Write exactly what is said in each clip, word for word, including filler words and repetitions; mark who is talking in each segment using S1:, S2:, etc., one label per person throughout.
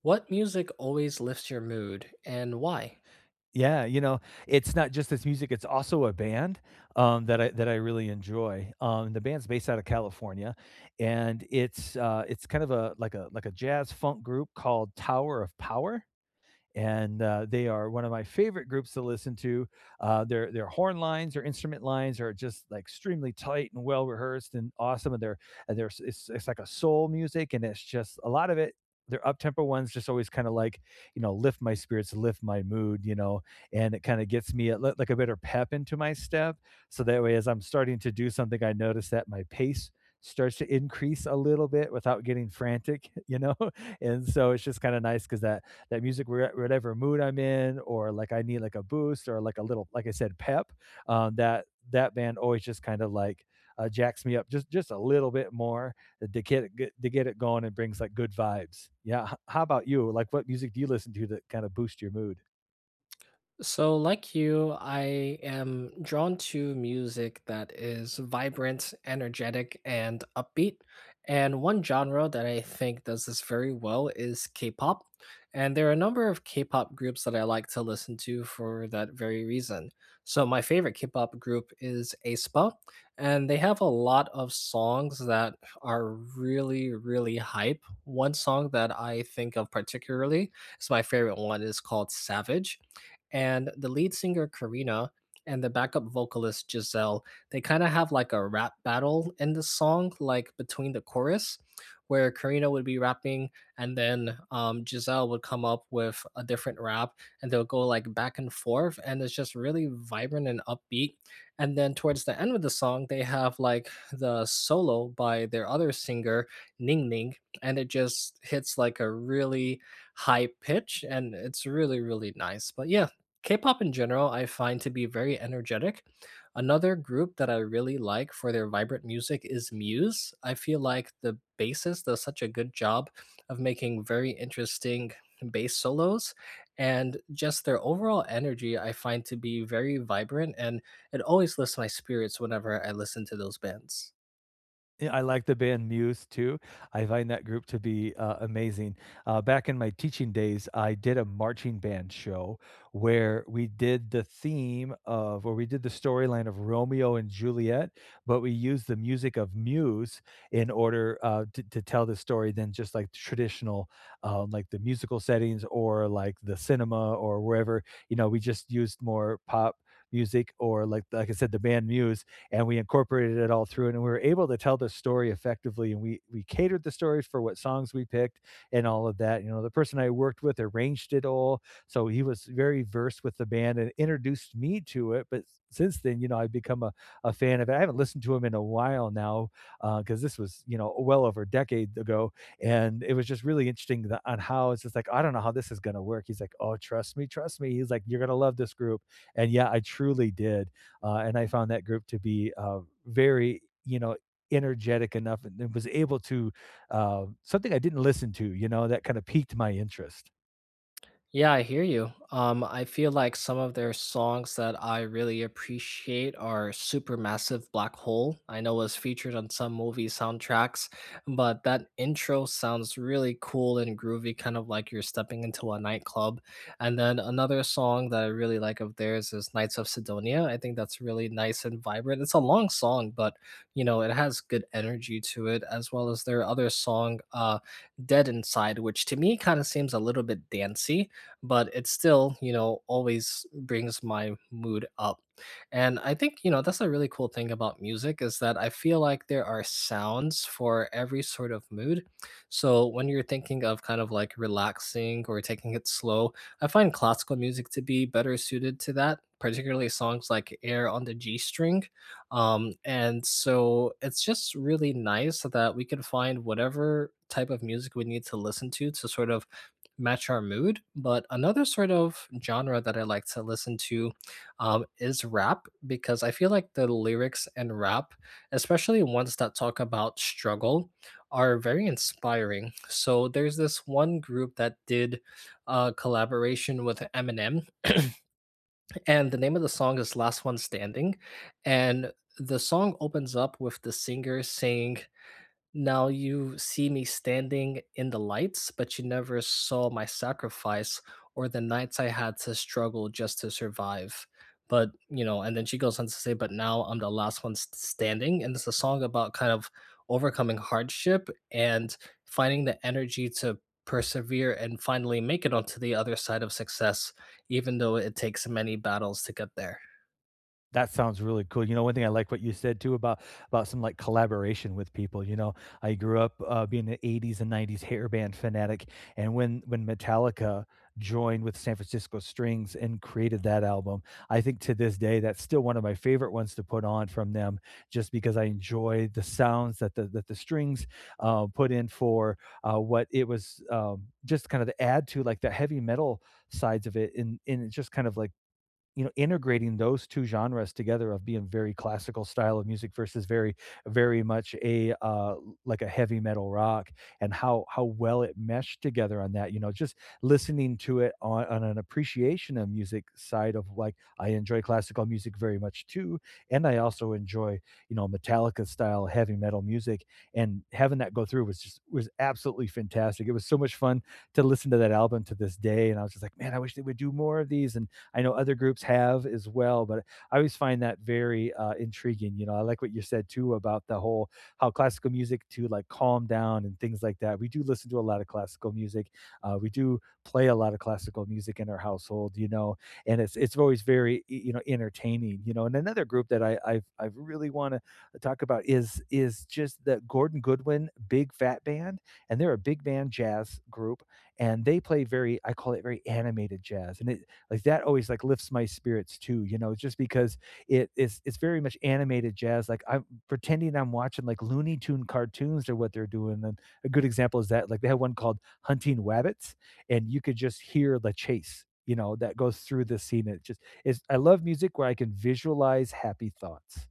S1: What music always lifts your mood and why?
S2: Yeah, you know, it's not just this music, it's also a band, um, that I that I really enjoy. Um, the band's based out of California, and it's, uh, it's kind of a like a like a jazz funk group called Tower of Power, and uh, they are one of my favorite groups to listen to. Uh, their their horn lines, their instrument lines are just like extremely tight and well rehearsed and awesome. And they're and there's it's, it's like a soul music, and it's just a lot of it. Their up tempo ones just always kind of like you know lift my spirits, lift my mood, you know, and it kind of gets me a, li- like a better pep into my step. So that way, as I'm starting to do something, I notice that my pace starts to increase a little bit without getting frantic, you know. And so it's just kind of nice because that that music, whatever mood I'm in, or like I need like a boost or like a little, like I said, pep. Um, that that band always just kind of like uh, jacks me up just just a little bit more to get get- to get it going and brings like good vibes. Yeah. How about you? Like, what music do you listen to that kind of boosts your mood?
S1: So, like you, I am drawn to music that is vibrant, energetic, and upbeat. And one genre that I think does this very well is K pop. And there are a number of K pop groups that I like to listen to for that very reason. So, my favorite K pop group is aespa, and they have a lot of songs that are really, really hype. One song that I think of particularly is my favorite one is called Savage, and the lead singer Karina and the backup vocalist Giselle, they kind of have like a rap battle in the song, like between the chorus, where Karina would be rapping and then um, Giselle would come up with a different rap and they'll go like back and forth. And it's just really vibrant and upbeat. And then towards the end of the song, they have like the solo by their other singer, Ning Ning, and it just hits like a really high pitch, and it's really, really nice. But yeah, K-pop in general, I find to be very energetic. Another group that I really like for their vibrant music is Muse. I feel like the bassist does such a good job of making very interesting bass solos, and just their overall energy I find to be very vibrant, and it always lifts my spirits whenever I listen to those bands.
S2: Yeah, I like the band Muse too. I find that group to be, uh, amazing. Uh, back in my teaching days, I did a marching band show where we did the theme of or we did the storyline of Romeo and Juliet, but we used the music of Muse in order, uh, to to tell the story than just, like, traditional, um, like, the musical settings or, like, the cinema or wherever, you know, we just used more pop music or, like like I said, the band Muse, and we incorporated it all through, and we were able to tell the story effectively. And we we catered the story for what songs we picked and all of that. You know, the person I worked with arranged it all, so he was very versed with the band and introduced me to it. But since then, you know, I've become a, a fan of it. I haven't listened to him in a while now because uh, this was you know well over a decade ago, and it was just really interesting the, on how it's just like I don't know how this is going to work. He's like, oh, trust me, trust me. He's like, you're going to love this group, and yeah, I truly did. Uh, and I found that group to be uh, very, you know, energetic enough, and, and was able to uh, something I didn't listen to, you know, that kind of piqued my interest.
S1: Yeah, I hear you. Um, I feel like some of their songs that I really appreciate are Supermassive Black Hole. I know was featured on some movie soundtracks, but that intro sounds really cool and groovy, kind of like you're stepping into a nightclub. And then another song that I really like of theirs is Knights of Sidonia. I think that's really nice and vibrant. It's a long song, but you know, it has good energy to it, as well as their other song, uh, Dead Inside, which to me kind of seems a little bit dancey, but it still, you know, always brings my mood up. And I think, you know, that's a really cool thing about music is that I feel like there are sounds for every sort of mood. So when you're thinking of kind of like relaxing or taking it slow, I find classical music to be better suited to that, particularly songs like Air on the G string. Um, and so it's just really nice that we can find whatever type of music we need to listen to to sort of match our mood. But another sort of genre that I like to listen to um, is rap, because I feel like the lyrics and rap, especially ones that talk about struggle, are very inspiring. So there's this one group that did a collaboration with Eminem, and the name of the song is Last One Standing. And the song opens up with the singer saying, now you see me standing in the lights, but you never saw my sacrifice or the nights I had to struggle just to survive. But, you know, and then she goes on to say, but now I'm the last one s- standing. And it's a song about kind of overcoming hardship and finding the energy to persevere and finally make it onto the other side of success, even though it takes many battles to get there.
S2: That sounds really cool. You know, one thing I like what you said too about about some like collaboration with people. You know, I grew up uh, being an eighties and nineties hair band fanatic, and when when Metallica joined with San Francisco Strings and created that album, I think to this day that's still one of my favorite ones to put on from them, just because I enjoy the sounds that the that the strings uh, put in for uh, what it was um, just kind of to add to like the heavy metal sides of it, and and it just kind of like you know, integrating those two genres together of being very classical style of music versus very very much a, uh, like a heavy metal rock and how how well it meshed together on that, you know, just listening to it on on an appreciation of music side of, like, I enjoy classical music very much too, and I also enjoy, you know, Metallica style heavy metal music, and having that go through was just was absolutely fantastic. It was so much fun to listen to that album to this day, and I was just like, "Man, I wish they would do more of these," and I know other groups have as well, but I always find that very uh, intriguing. You know, I like what you said too about the whole how classical music to like calm down and things like that. We do listen to a lot of classical music. Uh, we do play a lot of classical music in our household. You know, and it's it's always very y- you know entertaining. You know, and another group that I I've, I really want to talk about is is just the Gordon Goodwin Big Fat Band, and they're a big band jazz group, and they play very, I call it very animated jazz, and it like that always like lifts my spirits too, you know, just because it is it's very much animated jazz, like I'm pretending I'm watching like Looney Tune cartoons or what they're doing. And a good example is that like they had one called Hunting Wabbits, and you could just hear the chase, you know, that goes through the scene. It just is, I love music where I can visualize happy thoughts.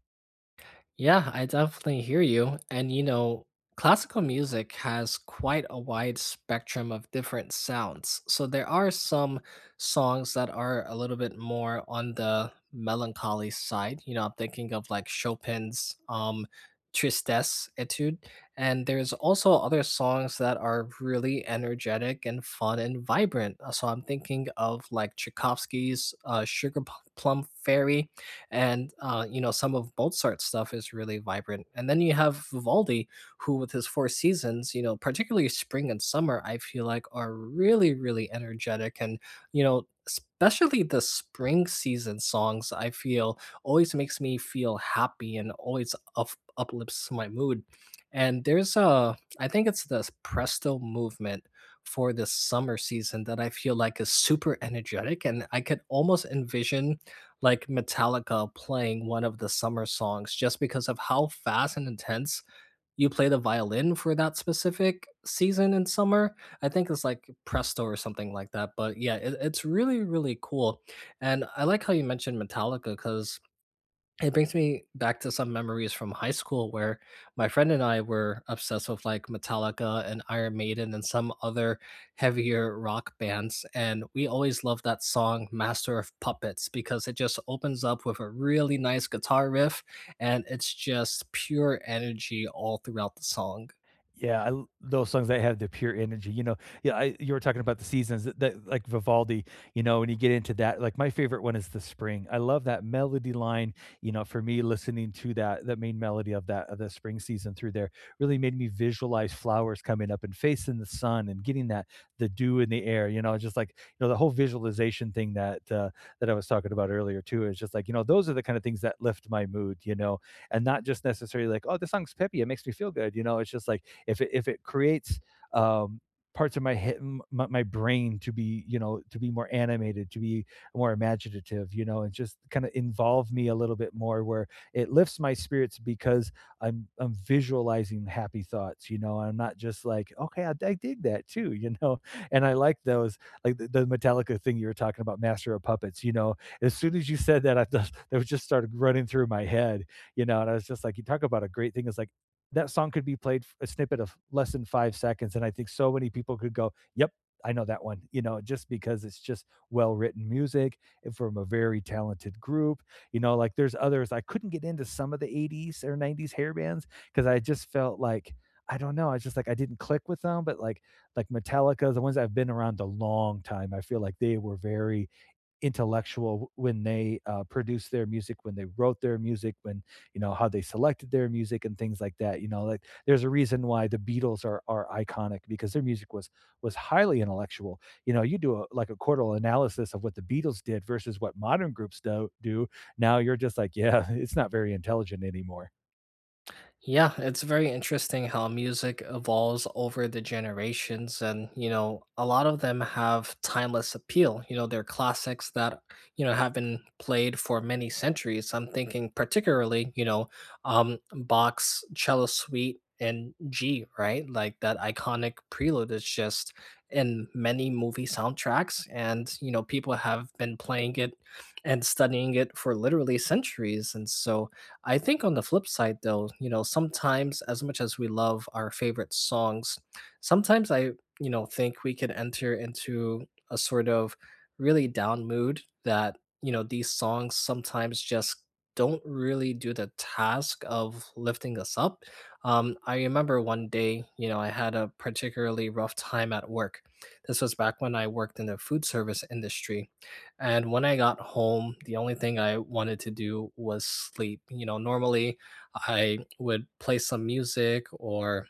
S1: Yeah, I definitely hear you. And you know, classical music has quite a wide spectrum of different sounds. So there are some songs that are a little bit more on the melancholy side. You know, I'm thinking of like Chopin's um Tristesse Etude. And there's also other songs that are really energetic and fun and vibrant. Uh, So I'm thinking of like Tchaikovsky's uh, Sugar Plum Fairy, and uh, you know some of Mozart's stuff is really vibrant. And then you have Vivaldi, who with his four seasons, you know, particularly spring and summer, I feel like are really really energetic. And you know especially the spring season songs, I feel, always makes me feel happy and always up, uplifts my mood. And there's a I think it's the presto movement for the summer season that I feel like is super energetic, and I could almost envision like Metallica playing one of the summer songs just because of how fast and intense you play the violin for that specific season in summer. I think it's like presto or something like that. But yeah, it, it's really, really cool. And I like how you mentioned Metallica because it brings me back to some memories from high school where my friend and I were obsessed with like Metallica and Iron Maiden and some other heavier rock bands. And we always loved that song, Master of Puppets, because it just opens up with a really nice guitar riff, and it's just pure energy all throughout the song.
S2: Yeah, I l those songs that have the pure energy, you know? Yeah, I You were talking about the seasons that that like Vivaldi, you know, when you get into that, like, my favorite one is The Spring. I love that melody line, you know, for me, listening to that that main melody of that of the spring season through there really made me visualize flowers coming up and facing the sun and getting that the dew in the air, you know? Just like, you know, the whole visualization thing that, uh, that I was talking about earlier too is just like, you know, those are the kind of things that lift my mood, you know? And not just necessarily like, oh, this song's peppy, it makes me feel good. You know, it's just like if it if it creates um parts of my head my, my brain to be you know to be more animated, to be more imaginative, you know, and just kind of involve me a little bit more where it lifts my spirits because i'm I'm visualizing happy thoughts, you know, I'm not just like okay i, I dig that too you know. And I like those like the, the Metallica thing you were talking about, Master of Puppets, you know, as soon as you said that, I thought that was just started running through my head, you know, and I was just like, you talk about a great thing is like that song could be played a snippet of less than five seconds and I think so many people could go, yep, I know that one, you know, just because it's just well written music and from a very talented group. You know, like there's others I couldn't get into some of the eighties or nineties hair bands because I just felt like, I don't know, I just like I didn't click with them. But like like Metallica, the ones I've been around a long time, I feel like they were very intellectual when they uh, produced their music, when they wrote their music, when you know how they selected their music and things like that. You know, like there's a reason why the Beatles are are iconic because their music was was highly intellectual. You know, you do a, like a quartal analysis of what the Beatles did versus what modern groups do do. Now you're just like, yeah, it's not very intelligent anymore.
S1: Yeah, it's very interesting how music evolves over the generations. And, you know, a lot of them have timeless appeal. You know, they're classics that, you know, have been played for many centuries. I'm thinking particularly, you know, um, Bach's Cello Suite in G, right? Like that iconic prelude is just in many movie soundtracks. And, you know, people have been playing it and studying it for literally centuries. And so, I think on the flip side, though, you know, sometimes as much as we love our favorite songs, sometimes I, you know, think we could enter into a sort of really down mood that, you know, these songs sometimes just don't really do the task of lifting us up. Um, I remember one day, you know, I had a particularly rough time at work. This was back when I worked in the food service industry, and when I got home, the only thing I wanted to do was sleep. You know, normally I would play some music or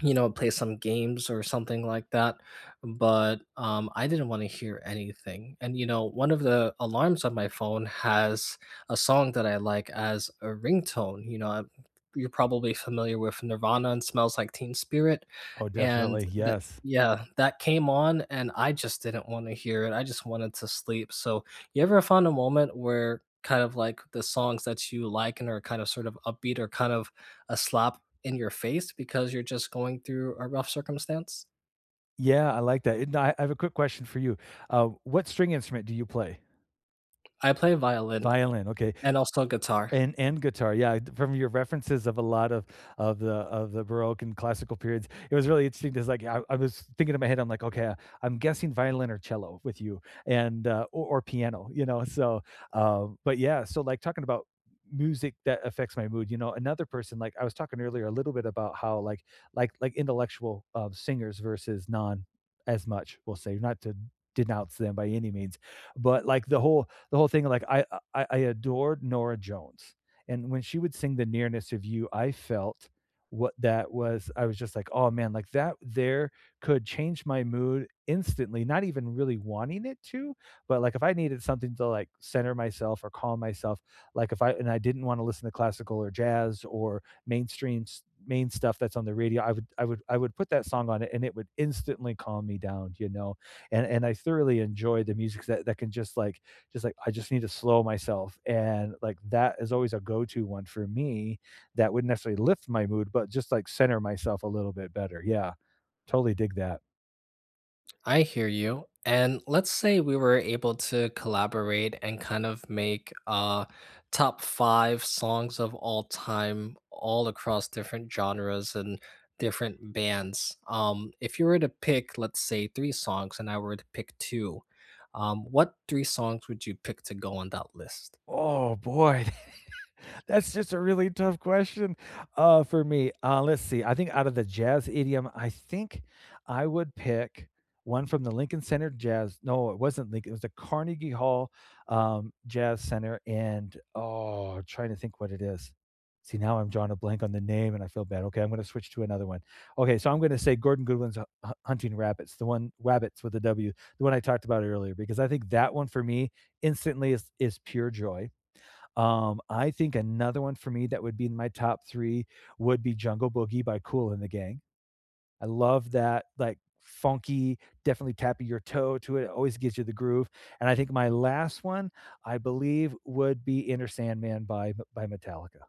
S1: you know, play some games or something like that. But um, I didn't want to hear anything. And, you know, one of the alarms on my phone has a song that I like as a ringtone. You know, I You're probably familiar with Nirvana and Smells Like Teen Spirit.
S2: Oh,
S1: And
S2: definitely,
S1: that,
S2: yes,
S1: yeah, that came on, and I just didn't want to hear it. I just wanted to sleep. So, you ever found a moment where kind of like the songs that you like and are kind of sort of upbeat or kind of a slap in your face because you're just going through a rough circumstance?
S2: yeah, I like that. And I I have a quick question for you. Uh, what string instrument do you play?
S1: I play violin
S2: Violin. Okay.
S1: and also guitar.
S2: And and guitar, yeah. From your references of a lot of of the of the Baroque and classical periods, it was really interesting. Because like I, I was thinking in my head, I'm like, okay, I'm guessing violin or cello with you, and uh, or, or piano, you know. So, um, but yeah, so like talking about music that affects my mood, you know, another person like I was talking earlier a little bit about how like like like intellectual uh, singers versus non as much, we'll say, not to denounce them by any means, but like the whole the whole thing, like I I I adored Nora Jones. And when she would sing The Nearness of You, I felt what that was. I was just like, "Oh man, like that there could change my mood instantly, not even really wanting it to, but like if I needed something to like center myself or calm myself, like if I and I didn't want to listen to classical or jazz or mainstream s- main stuff that's on the radio, I would I would I would put that song on it and it would instantly calm me down, you know. And and I thoroughly enjoy the music that that can just like just like I just need to slow myself. And like that is always a go-to one for me that wouldn't necessarily lift my mood, but just like center myself a little bit better. Yeah. Totally dig that.
S1: I hear you. And let's say we were able to collaborate and kind of make uh top five songs of all time, all across different genres and different bands. Um, if you were to pick, let's say, three songs and I were to pick two, um, what three songs would you pick to go on that list?
S2: Oh boy. That's just a really tough question, uh, for me. Uh, let's see. I think Out of the jazz idiom, I think I would pick one from the Lincoln Center Jazz. No, it wasn't Lincoln. It was the Carnegie Hall, um, Jazz Center, and oh, I'm trying to think what it is. See, now I'm drawing a blank on the name, and I feel bad. Okay, I'm going to switch to another one. Okay, so I'm going to say Gordon Goodwin's Hu- Hu- Hunting Rabbits, the one Rabbits with a W, the one I talked about earlier, because I think that one for me instantly is is pure joy. um, I think another one for me that would be in my top three would be Jungle Boogie by Kool and the Gang. I love that, like, funky, definitely tapping your toe to it, it always gives you the groove. And I think my last one, I believe, would be Inner Sandman by by Metallica.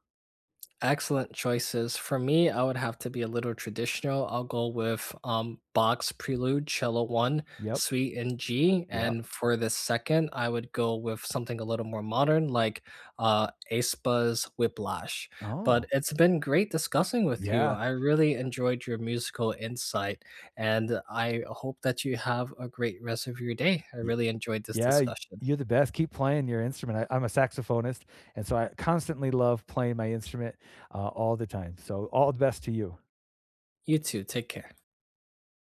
S1: Excellent choices. For me, I would have to be a little traditional. I'll go with um Bach's Prelude Cello one
S2: Yep,
S1: Suite in G,
S2: yep.
S1: and for the second, I would go with something a little more modern, like uh Aespa's Whiplash. But
S2: Oh,
S1: it's been great discussing with you.
S2: yeah,
S1: I really enjoyed your musical insight, and I hope that you have a great rest of your day. I
S2: ye
S1: really enjoyed this
S2: yeah, y
S1: discussion.
S2: you're the best, keep playing your instrument. I I'm a saxophonist, and so I constantly love playing my instrument, uh, all the time, so all the best to you.
S1: You too. Take care.